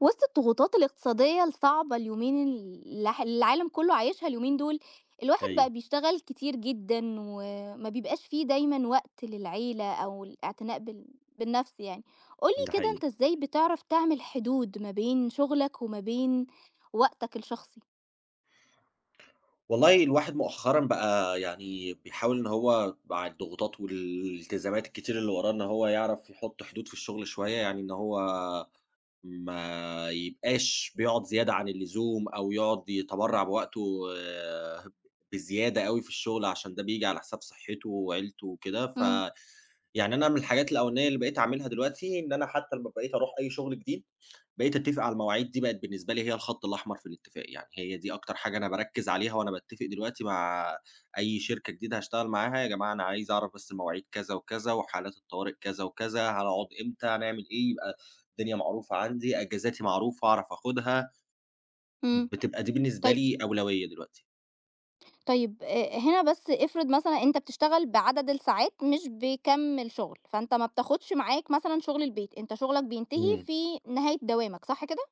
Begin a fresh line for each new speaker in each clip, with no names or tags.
وسط الضغوطات الاقتصادية الصعبة اليومين اللي العالم كله عايشها اليومين دول. الواحد بقى
أيوه،
بيشتغل كتير جدا وما بيبقاش فيه دايما وقت للعيلة أو الاعتناء بالنفس يعني. قولي
ده
كده، انت
حقيقي.
ازاي بتعرف تعمل حدود ما بين شغلك وما بين وقتك الشخصي؟
والله الواحد مؤخرًا بقى بيحاول إن هو مع الضغوطات والالتزامات الكتير اللي وراه إن هو يعرف يحط حدود في الشغل شوية، يعني إن هو ما يبقاش بيقعد زيادة عن اللزوم أو يقعد يتبرّع بوقته بزيادة أوي في الشغل، عشان ده بييجي على حساب صحته وعيلته وكده.
امم.
يعني أنا من الحاجات الأولانية اللي بقيت أعملها دلوقتي، إن أنا حتى لمّا بقيت أروح أي شغل جديد بقيت أتّفق على المواعيد دي بقت بالنسبة لي هي الخط الأحمر في الاتفاق، يعني هي دي أكتر حاجة أنا باركّز عليها وأنا باتّفق دلوقتي مع أي شركة جديدة هاشتغل معاها، يا جماعة أنا عايز أعرف بس المواعيد كذا وكذا، وحالات الطوارئ كذا وكذا، هنقعد إمتى، هنعمل إيه، يبقى الدنيا معروفة عندي، أجازاتي معروفة أعرف آخُدها،
امم.
بتبقى دي بالنسبة
طيب،
لي أولوية دلوقتي.
طيب، هنا بس افرض مثلا انت بتشتغل بعدد الساعات مش بكم الشغل، فانت ما بتاخدش معاك مثلا شغل البيت، انت شغلك بينتهي
إمم.
في نهاية دوامك، صح كده؟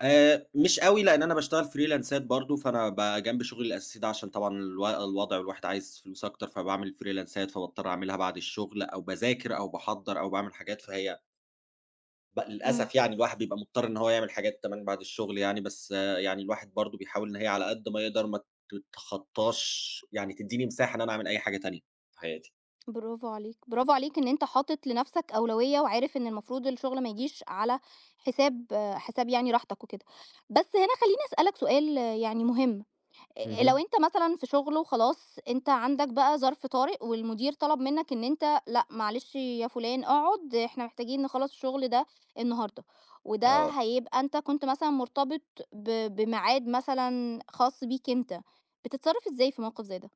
مش أوي، لإن أنا باشتغل فريلانسات برضه، فأنا بقى جنب شغلي الأساسي ده عشان طبعًا الوضع والواحد عايز فلوس أكتر، فباعمل فريلانسات، فباضطر أعملها بعد الشغل أو باذاكر أو باحضّر أو باعمل حاجات، فهي
مم.
للأسف يعني الواحد بيبقى مضطر إن هو يعمل حاجات كمان بعد الشغل يعني، بس آه، يعني الواحد برضه بيحاول إن هي على قد ما يقدر ما تتخطّاش يعني تدّيني مساحة إن أنا أعمل أي حاجة تانية في حياتي.
برافو عليك، برافو عليك إن أنت حاطط لنفسك أولوية، وعارف إن المفروض الشغل ما يجيش على حساب يعني راحتك وكده. بس هنا خلّيني أسألك سؤال يعني مهم. لو
اهم،
أنت مثلًا في شغل وخلاص أنت عندك بقى ظرف طارئ، والمدير طلب منك إن أنت لأ معلش يا فلان اقعد، إحنا محتاجين نخلّص الشغل ده النهارده، وده
آه.
هيبقى أنت كنت مثلًا مرتبط ب بميعاد مثلًا خاص بيك أنت، بتتصرّف إزاي في موقف زي ده؟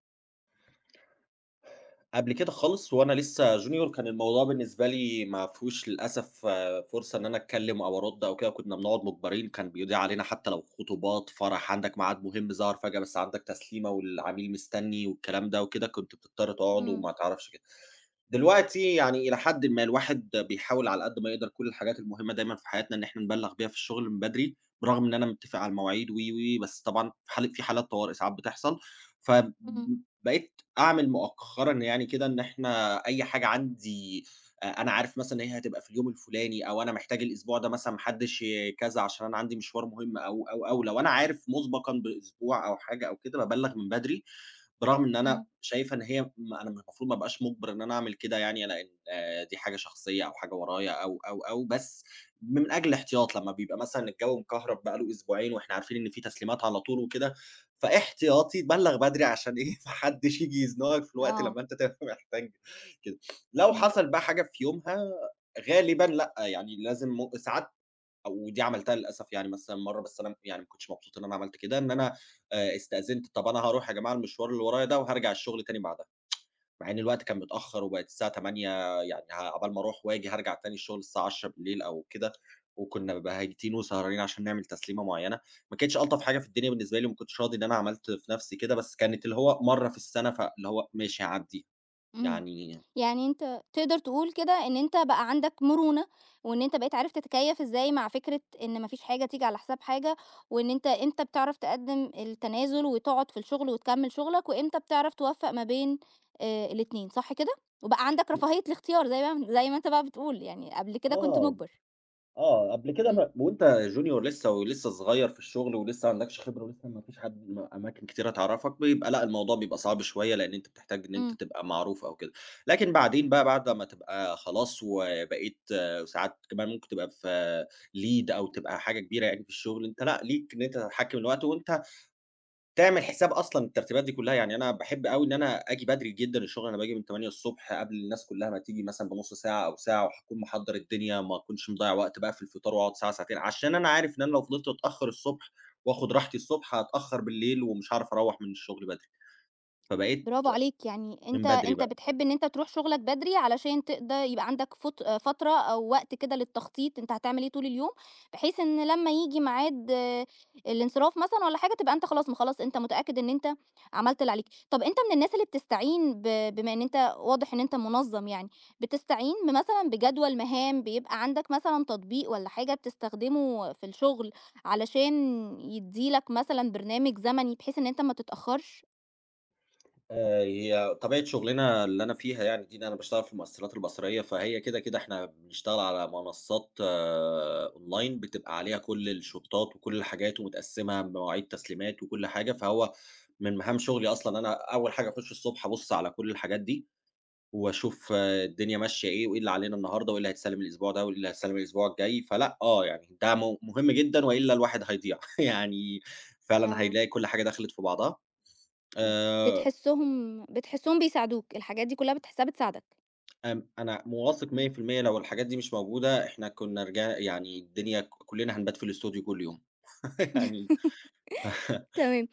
قبل كده خالص وأنا لسه junior كان الموضوع بالنسبة لي ما فيهوش للأسف فرصة إن أنا أتكلّم أو أرُد أو كده، كنا بنقعد مُجبرين، كان بيضيع علينا حتى لو خطوبات، فرح، عندك ميعاد مهم ظهر فجأة بس عندك تسليمة والعميل مستنّي والكلام ده وكده، كنت بتضطر تقعد
إمم.
وما تعرفش كده. دلوقتي يعني إلى حدٍ ما الواحد بيحاول على قد ما يقدر كل الحاجات المهمة دايمًا في حياتنا إن إحنا نبلّغ بيها في الشغل من بدري، برغم إن أنا متّفق على المواعيد و، و، و، بس طبعًا في حالات طوارئ ساعات بتحصل،
إمم.
فبقيت أعمل مؤخرًا يعني كده إن إحنا أي حاجة عندي أنا عارف مثلًا إن هي هتبقى في اليوم الفلاني، أو أنا محتاج الأسبوع ده مثلًا ما حدش كذا عشان أنا عندي مشوار مهم أو، أو، أو، لو أنا عارف مسبقًا بأسبوع أو حاجة أو كده، بابلّغ من بدري برغم إن أنا
إمم.
شايفة إن هي م أنا المفروض ما أبقاش مُجبر إن أنا أعمل كده يعني، لإن آه، دي حاجة شخصية أو حاجة ورايا أو، أو، أو، بس من أجل الاحتياط لمّا بيبقى مثلًا الجو مكهرب بقى له أسبوعين وإحنا عارفين إن في تسليمات على طول وكده، فاحتياطي بلّغ بدري عشان إيه، ما حدّش ييجي يزنقك في الوقت
آه.
لمّا أنت تبقى محتاج كده. لو
إمم.
حصل بقى حاجة في يومها غالبًا لأ، يعني لازم ساعات ودي عملتها للأسف يعني مثلًا مرّة بس أنا يعني ما كنتش مبسوط إن أنا عملت كده، إن أنا استأذنت طَب أنا هاروح يا جماعة المشوار اللي ورايا ده وهارجع الشغل تاني بعدها، مع إن الوقت كان متأخّر وبقت الساعة 08:00 يعني عقبال ما أروح وآجي هارجع تاني الشغل الساعة 22:00 أو كده، وكنا بهاجتين وسهرانين عشان نعمل تسليمة معيّنة، ما كانتش ألطف حاجة في الدنيا بالنسبة لي وما كنتش راضي إن أنا عملت في نَفْسي كده، بس كانت اللي هو مرّة في السَنة فاللي هو ماشي هاعدّيها،
إمم.
يعني
يعني أنت تقدر تقول كده إن أنت بقى عندك مرونة، وإن أنت بقيت عرفت تتكيّف إزاي مع فكرة إن ما فيش حاجة تيجي على حساب حاجة، وإن أنت إمتى بتعرف تقدّم التنازل وتقعد في الشغل وتكمّل شغلك، وإمتى بتعرف توفّق ما بين الاتنين، صح كده؟ وبقى عندك رفاهية الاختيار زي ما أنت بقى بتقول، يعني قبل كده كنت
آه.
مُجبر.
آه، قبل كده
إمم.
ما وأنت junior لسه ولسه صغير في الشغل ولسه ما عندكش خبرة ولسه ما فيش حد م أماكن كتيرة تعرفك، بيبقى لأ، الموضوع بيبقى صعب شوية لإن أنت بتحتاج إن أنت
إمم.
تبقى معروف أو كده، لكن بعدين بقى بعد ما تبقى خلاص وبقيت ساعات كمان ممكن تبقى في lead أو تبقى حاجة كبيرة يعني في الشغل، أنت لأ، ليك إن أنت تتحكم الوقت وأنت تعمل حساب أصلًا الترتيبات دي كلّها، يعني أنا باحب أوي إن أنا آجي بدري جدًا الشغل، أنا باجي من 8:00 ص قبل الناس كلّها ما تيجي مثلًا بنُص ساعة أو ساعة، وهاكون محضّر الدنيا، ما أكونش مضيّع وقت بقى في الفطار وأقعد ساعة، ساعتين، عشان أنا عارف إن أنا لو فضلت أتأخّر الصبح وآخُد راحتي الصبح، هاتأخّر بالليل ومش هاعرف أروّح من الشغل بدري، فبقيت
برافو عليك، يعني أنت
من بدري
أنت
بقى.
بتحب إن أنت تروح شغلك بدري علشان تقدر يبقى عندك فترة أو وقت كده للتخطيط أنت هتعمل إيه طول اليوم، بحيث إن لما يجي ميعاد الانصراف مثلا ولا حاجة تبقى أنت خلاص مخلص، أنت متأكد إن أنت عملت اللي عليك. طب أنت من الناس اللي بتستعين بما إن أنت واضح إن أنت منظم، يعني بتستعين مثلا بجدول مهام، بيبقى عندك مثلا تطبيق ولا حاجة بتستخدمه في الشغل علشان يديلك مثلا برنامج زمني بحيث إن أنت ما تتأخرش؟
هي طبيعة شُغلنا اللي أنا فيها يعني دي إن أنا باشتغل في المؤثِّرات البصرية، فهي كده، إحنا بنشتغل على منصّات online بتبقى عليها كل الشوتات وكل الحاجات ومتقسّمة بمواعيد تسليمات وكل حاجة، فهو من مهام شُغلي أصلًا إن أنا أول حاجة أخُش الصبح أبُص على كل الحاجات دي وأشوف الدنيا ماشية إيه وإيه اللي علينا النهارده وإيه اللي هيتسلّم الأسبوع ده وإيه اللي هيتسلّم الأسبوع الجاي، فلأ يعني ده مهم جدًا وإلا الواحد هيضيع يعني فعلًا
اه.
هيلاقي كل حاجة دخلِت في بعضها. آآ
بتحسّهم بيساعدوك، الحاجات دي كلّها بتحسّها بتساعدك.
آمم، أنا واثق 100% لو الحاجات دي مش موجودة، إحنا كنا رجع يعني الدنيا كلّنا هنبات في الإستوديو كل يوم يعني
تمام.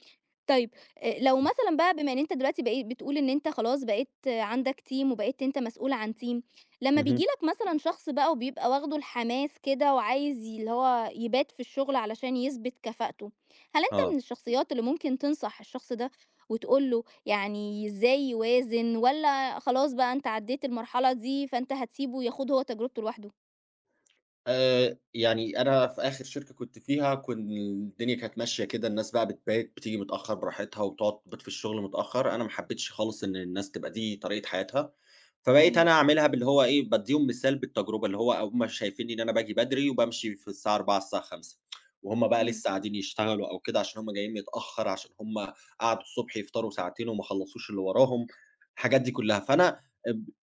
طيب لو مثلًا بقى، بما إن أنت دلوقتي بقيت بتقول إن أنت خلاص بقيت عندك team وبقيت أنت مسؤول عن team، لمّا بييجي
اهم،
لك مثلًا شخص بقى وبيبقى واخده الحماس كده وعايز اللي هو يبات في الشغل علشان يثبت كفاءته، هل أنت
آه،
من الشخصيات اللي ممكن تنصح الشخص ده وتقول له يعني إزاي يوازن، والّا خلاص بقى أنت عدّيت المرحلة دي فأنت هتسيبه ياخُد هو تجربته لوحده؟
يعني أنا في آخر شركة كنت فيها الدنيا كانت ماشية كده، الناس بقى بتبات، بتيجي متأخر براحتها، وتقعد تبات في الشغل متأخر، أنا ما حبيتش خالص إن الناس تبقى دي طريقة حياتها. فبقيت
إمم.
أنا أعملها باللي هو إيه، بادّيهم مثال بالتجربة، اللي هو هُم شايفينّي إن أنا باجي بدري وبامشي في الساعة 16:00 الساعة 17:00 وهُم بقى
إمم.
لسه قاعدين يشتغلوا أو كده عشان هُم جايين متأخّر، عشان هُم قعدوا الصبح يفطروا ساعتين وما خلّصوش اللي وراهم، الحاجات دي كُلّها. فأنا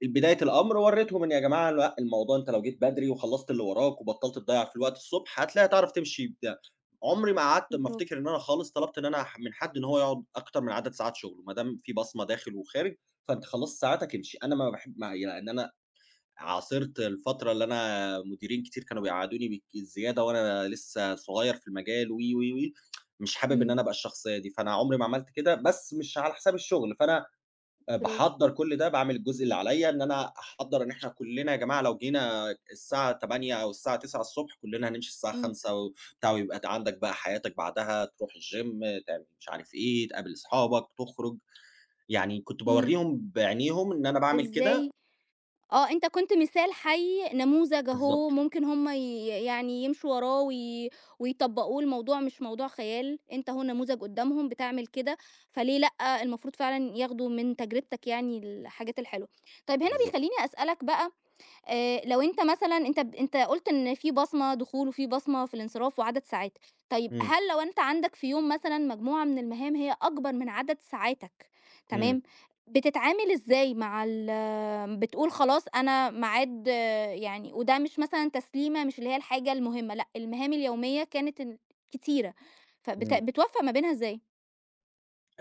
ب بداية الأمر ورّيتهم إن يا جماعة لأ، الموضوع أنت لو جيت بدري وخلّصت اللي وراك وبطّلت تضيّع في الوقت الصبح، هتلاقي هتعرف تمشي بتاع. عمري ما قعدت أمّا
برافو.
أفتكر إن أنا خالص طلبت إن أنا من حد إن هو يقعد أكتر من عدد ساعات شُغله، ما دام في بصمة داخل وخارج، فأنت خلاص ساعاتك امشي، أنا ما باحب ما يعني أنا عاصرت الفترة اللي أنا مديرين كتير كانوا بيقعّدوني بالك الزيادة وأنا لسه صغير في المجال و، و، و، مش حابب إن
إمم.
أنا أبقى الشخصية دي، فأنا عمري ما عملت كده، بس مش على حساب الشغل، فأنا
برافو.
باحضّر كل ده، باعمل الجزء اللي عليَّ، إن أنا أحضّر إن إحنا كلنا يا جماعة لو جينا الساعة 08:00 أو الساعة 09:00 كلنا هنمشي الساعة
إمم.
17:00 وبتاع، ويبقى عندك بقى حياتك بعدها، تروح الgym، تعمل مش عارف إيه، تقابل أصحابك، تخرج. يعني كنت
إمم.
باورّيهم بعينيهم إن أنا باعمل كده
إزاي أنت كنت مثال حي، نموذج أهو
بالضبط،
ممكن هُم يعني يمشوا وراه ويطبّقوه، الموضوع مش موضوع خيال، أنت أهو نموذج قدّامهم بتعمل كده، فليه لأ، المفروض فعلًا ياخدوا من تجربتك يعني الحاجات الحلوة. طيب هنا
بالضبط.
بيخلّيني أسألك بقى، لو أنت مثلًا أنت قُلت إن في بصمة دخول وفي بصمة في الانصراف وعدد ساعات، طيب
إمم،
هل لو أنت عندك في يوم مثلًا مجموعة من المهام هي أكبر من عدد ساعاتك؟ تمام.
إمم،
بتتعامل إزاي مع ال آه، بتقول خلاص أنا ميعاد يعني، وده مش مثلًا تسليمة مش اللي هي الحاجة المهمة، لأ المهام اليومية كانت كتيرة،
إمم.
بتوفّق ما بينها إزاي؟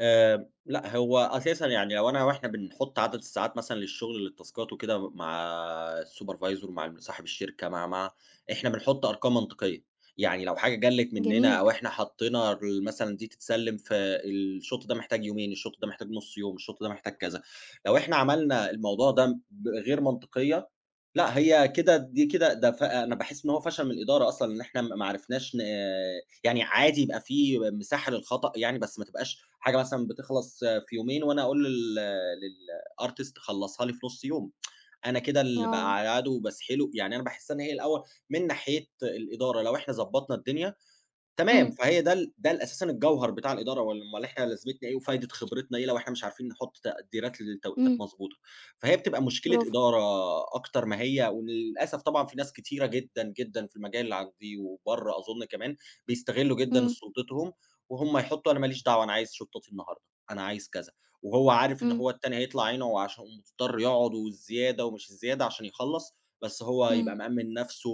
لأ هو أساسًا يعني لو أنا وإحنا بنحُط عدد الساعات مثلًا للشغل للتاسكات وكده مع الsupervisor مع صاحب الشركة مع إحنا بنحُط أرقام منطقية، يعني لو حاجة جَلِّت مننا
جميل.
أو إحنا حطينا مثلًا دي تتسلّم في الشوط ده محتاج يومين، الشوط ده محتاج نُص يوم، الشوط ده محتاج كذا، لو إحنا عملنا الموضوع ده بغير منطقية، لأ هي كده دي كده ده أنا باحس إن هو فشل من الإدارة أصلًا إن إحنا ما عرفناش يعني عادي يبقى في مساحة للخطأ يعني، بس ما تبقاش حاجة مثلًا بتخلص في يومين وأنا أقول للartist خلّصها لي في نُص يوم، أنا كده اللي
آه.
باقعّده وباسحله، يعني أنا باحس إن هي الأول من ناحية الإدارة لو إحنا ضبّطنا الدنيا تمام،
إمم.
فهي ده ال ده ال أساسًا الجوهر بتاع الإدارة، أمّال إحنا لازمتنا إيه وفايدة خبرتنا إيه لو إحنا مش عارفين نحُط تقديرات للتوقيتات
إمم.
مضبوطة، فهي بتبقى مشكلة
برافو.
إدارة أكتر ما هي وللأسف طبعًا في ناس كتيرة جدًا في المجال عندي وبرّه أظُن كمان، بيستغلّوا جدًا
إمم.
سلطتهم وهُم يحُطّوا أنا ما ليش دعوة أنا عايز شطّاتي النهارده، أنا عايز كذا، وهو عارف إن
إمم.
هو التاني هيطلع عينه عشان مضطر يقعد والزيادة ومش الزيادة عشان يخلّص، بس هو
إمم.
يبقى مأمِّن نَفْسه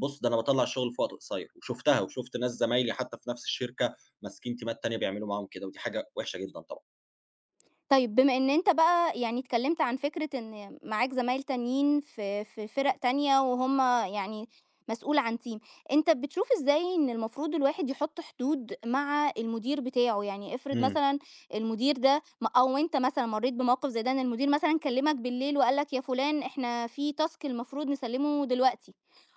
بُص، ده أنا باطلّع الشغل في وقت قصير، وشُفتها وشُفت ناس زمايلي حتى في نفس الشركة ماسكين تيمات تانية بيعملوا معاهم كده، ودي حاجة وحشة جدًا طبعًا.
طيب بما إن أنت بقى يعني اتكلمت عن فكرة إن معاك زمايل تانيين في فرق تانية وهم يعني مسؤول عن تيم، أنت بتشوف إزاي إن المفروض الواحد يحط حدود مع المدير بتاعه؟ يعني افرض
إمم،
مثلًا المدير ده أو أنت مثلًا مرّيت بموقف زي ده، إن المدير مثلًا كلمك بالليل وقال لك يا فلان إحنا في task المفروض نسلمه دلوقتي،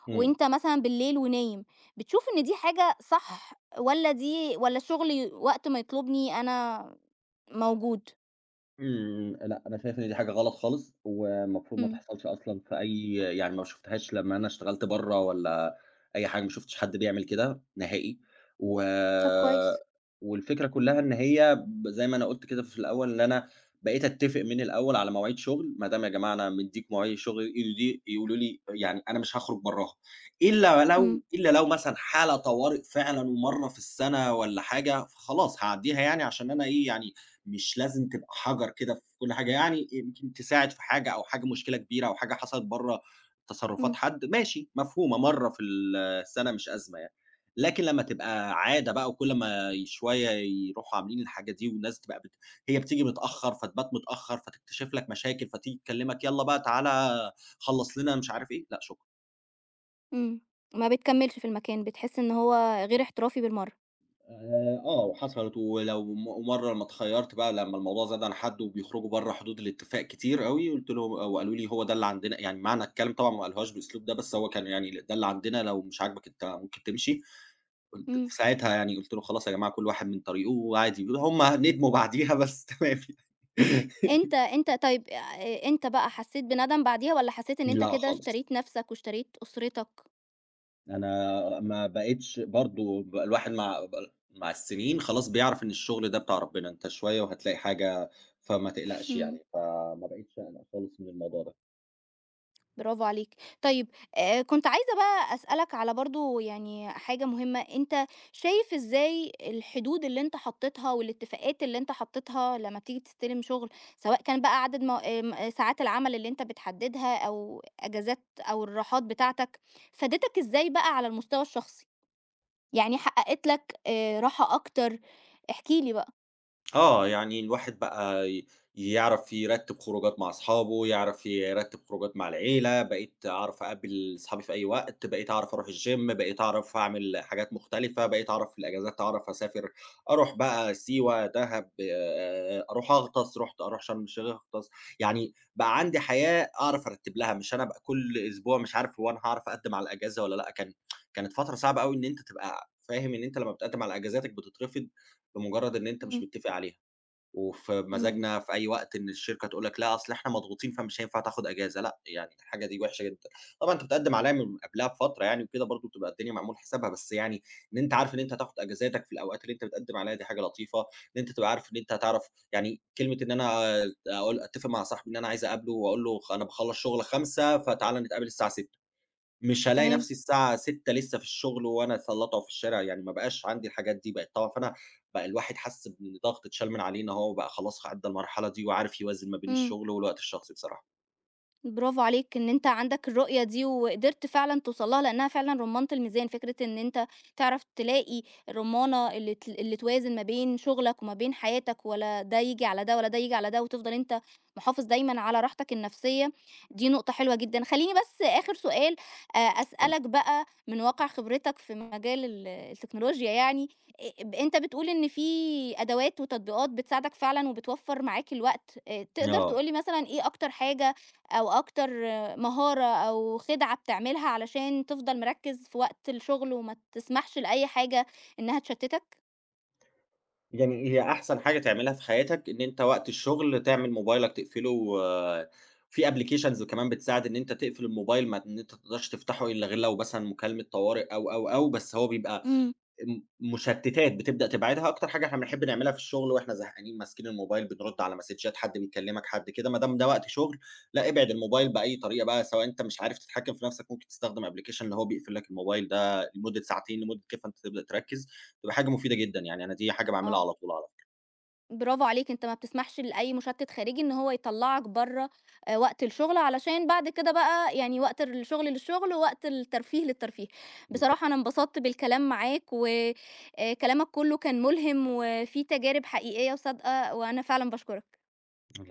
إمم.
وأنت مثلًا بالليل ونايم، بتشوف إن دي حاجة صح، والّا دي والّا الشغل وقت ما يطلبني أنا موجود؟
إمم، لأ، أنا شايف إن دي حاجة غلط خالص، والمفروض ما
إمم.
تحصلش أصلًا في أي يعني ما شُفتهاش لمّا أنا اشتغلت برّه والّا أي حاجة، ما شُفتش حد بيعمل كده نهائي، و
طب كويس.
والفكرة كلّها إن هي زي ما أنا قُلت كده في الأول إن أنا بقيت أتّفق من الأول على مواعيد شُغل، ما دام يا جماعة أنا مدّيك مواعيد شُغل يقولوا لي يعني أنا مش هاخرج براها، إلا
إمم.
لو إلا لو مثلًا حالة طوارئ فعلًا ومرّة في السَنة والّا حاجة، فخلاص هاعدّيها يعني عشان أنا إيه، يعني مش لازم تبقى حجر كده في كل حاجة، يعني يمكن تساعد في حاجة أو حاجة مشكلة كبيرة أو حاجة حصلت برّه
إمم.
تصرُّفات حد ماشي، مفهومة مرّة في السَنة مش أزمة يعني، لكن لمّا تبقى عادة بقى وكل ما شوية يروحوا عاملين الحاجة دي والناس تبقى بت هي بتيجي متأخّر، فتبات متأخّر، فتكتشف لك مشاكل، فتيجي تكلّمك يالّا بقى تعالَ خلّص لنا مش عارف إيه، لأ شكرًا.
إمم. ما بتكمّلش في المكان، بتحس إن هو غير احترافي بالمرّة.
وحصلت ولو م ومرّة لمّا اتخيّرت بقى لمّا الموضوع زاد عن حدّه وبيخرجوا برّه حدود الاتفاق كتير أوي، قُلت لهم آه، وقالوا لي: "هو ده اللي عندنا." يعني معنى الكلام طبعًا ما قالوهاش بالأسلوب ده، بس هو كان يعني "ده اللي عندنا، لو مش عاجبك أنت ممكن تمشي." قُلت
إمم.
في ساعتها يعني قُلت له: "خلاص يا جماعة كل واحد من طريقه وعادي." هم ندموا بعديها بس تمام يعني.
أنت طيب، أنت بقى حسّيت بندم بعديها والّا حسّيت إن أنت
لأ
كده
خالص.
اشتريت نَفْسك واشتريت أسرتك؟
أنا ما بقيتش برضه الواحد مع السنين خلاص بيعرف إن الشغل ده بتاع ربنا، أنت شوية وهتلاقي حاجة، فما تقلقش
إمم.
يعني، فما بقيتش أقلق خالص من الموضوع ده.
برافو عليك. طيب، كنت عايزة بقى أسألك على برضه يعني حاجة مهمة، أنت شايف إزاي الحدود اللي أنت حطّيتها والاتفاقات اللي أنت حطّيتها لمّا بتيجي تستلم شغل، سواء كان بقى عدد مو... آه، م آمم ساعات العمل اللي أنت بتحدّدها أو أجازات أو الراحات بتاعتك، فادتك إزاي بقى على المستوى الشخصي؟ يعني حققت لك راحة أكتر؟ احكِ لي بقى.
آه، يعني الواحد بقى يعرف يرتّب خروجات مع أصحابه، يعرف يرتّب خروجات مع العيلة، بقيت أعرف أقابل صحابي في أي وقت، بقيت أعرف أروح الgym، بقيت أعرف أعمل حاجات مختلفة، بقيت أعرف في الأجازات أعرف أسافر، أروح بقى سيوة، دهب، أروح أغطس، أروح شرم الشيخ أغطس، يعني بقى عندي حياة أعرف أرتّب لها، مش أنا بقى كل أسبوع مش عارف هو أنا هاعرف أقدّم على الأجازة والّا لأ، كانت فترة صعبة أوي إن أنت تبقى فاهم إن أنت لمّا بتقدّم على أجازاتك بتترفض، لمجرد إن أنت
إمم.
مش متّفق عليها. وفي
إمم.
مزاجنا في أي وقت إن الشركة تقول لك لأ، أصل إحنا مضغوطين فمش هينفع تاخد أجازة، لأ، يعني الحاجة دي وحشة جدًا. طبعًا أنت بتقدّم عليها من قبلها بفترة يعني وكده برضه بتبقى الدنيا معمول حسابها، بس يعني إن أنت عارف إن أنت هتاخد أجازاتك في الأوقات اللي أنت بتقدّم عليها دي حاجة لطيفة، إن أنت تبقى عارف إن أنت هتعرف يعني كلمة إن أنا أقول أتفق مع صاحبي إن أنا عايز أقابله وأقول له أنا باخلّص شغل 17:00 فتعالَ نتقابل الساعة 18:00 مش هالاقي
تمام.
نفسي الساعة 18:00 لسه في الشغل وأنا سلطعه في الشارع، يعني ما بقاش عندي الحاجات دي بقت طبعًا فأنا بقى الواحد حس بإن ضغط اتشال من عليه إن هو بقى خلاص عدى المرحلة دي وعارف يوازن ما بين
إمم.
الشغل والوقت الشخصي بصراحة.
برافو عليك إن أنت عندك الرؤية دي وقدرت فعلًا توصل لها، لأنها فعلًا رمّانة الميزان، فكرة إن أنت تعرف تلاقي الرمانة اللي توازن ما بين شغلك وما بين حياتك، ولا ده ييجي على ده ولا ده ييجي على ده، وتفضل أنت محافظ دايمًا على راحتك النفسية، دي نقطة حلوة جدًا. خلّيني بس آخر سؤال
حلو.
أسألك بقى من واقع خبرتك في مجال التكنولوجيا يعني، أ ب أنت بتقول إن في أدوات وتطبيقات بتساعدك فعلًا وبتوفّر معاك الوقت، تقدر
آه.
تقول لي مثلًا إيه أكتر حاجة أو أكتر مهارة أو خدعة بتعملها علشان تفضل مركّز في وقت الشغل وما تسمحش لأي حاجة إنها تشتتك؟
يعني هي أحسن حاجة تعملها في حياتك إن أنت وقت الشغل تعمل موبايلك تقفله و- في applications كمان بتساعد إن أنت تقفل الموبايل ما إن أنت تقدرش تفتحه إلا غير لو مثلًا مكالمة طوارئ أو، أو، أو، بس هو بيبقى
إمم.
م مشتتات بتبدأ تبعدها، أكتر حاجة إحنا بنحب نعملها في الشغل وإحنا زهقانين ماسكين الموبايل بنرُد على مسدجات حد بيكلمك، حد كده، ما دام ده وقت شغل، لأ ابعد الموبايل بأي طريقة بقى، سواء أنت مش عارف تتحكم في نفسك ممكن تستخدم application اللي هو بيقفل لك الموبايل ده لمدة ساعتين، لمدة كيف أنت تبدأ تركّز، تبقى حاجة مفيدة جدًا يعني، أنا دي حاجة باعملها
آه،
على طول على
برافو عليك، أنت ما بتسمحش لأي مشتت خارجي إن هو يطلّعك برّه وقت الشغل، علشان بعد كده بقى يعني وقت الشغل للشغل، ووقت الترفيه للترفيه.
بالضبط،
بصراحة أنا انبسطت بالكلام معاك، و كلامك كلّه كان ملهم وفيه تجارب حقيقية وصادقة، وأنا فعلًا باشكرك.
فكرة.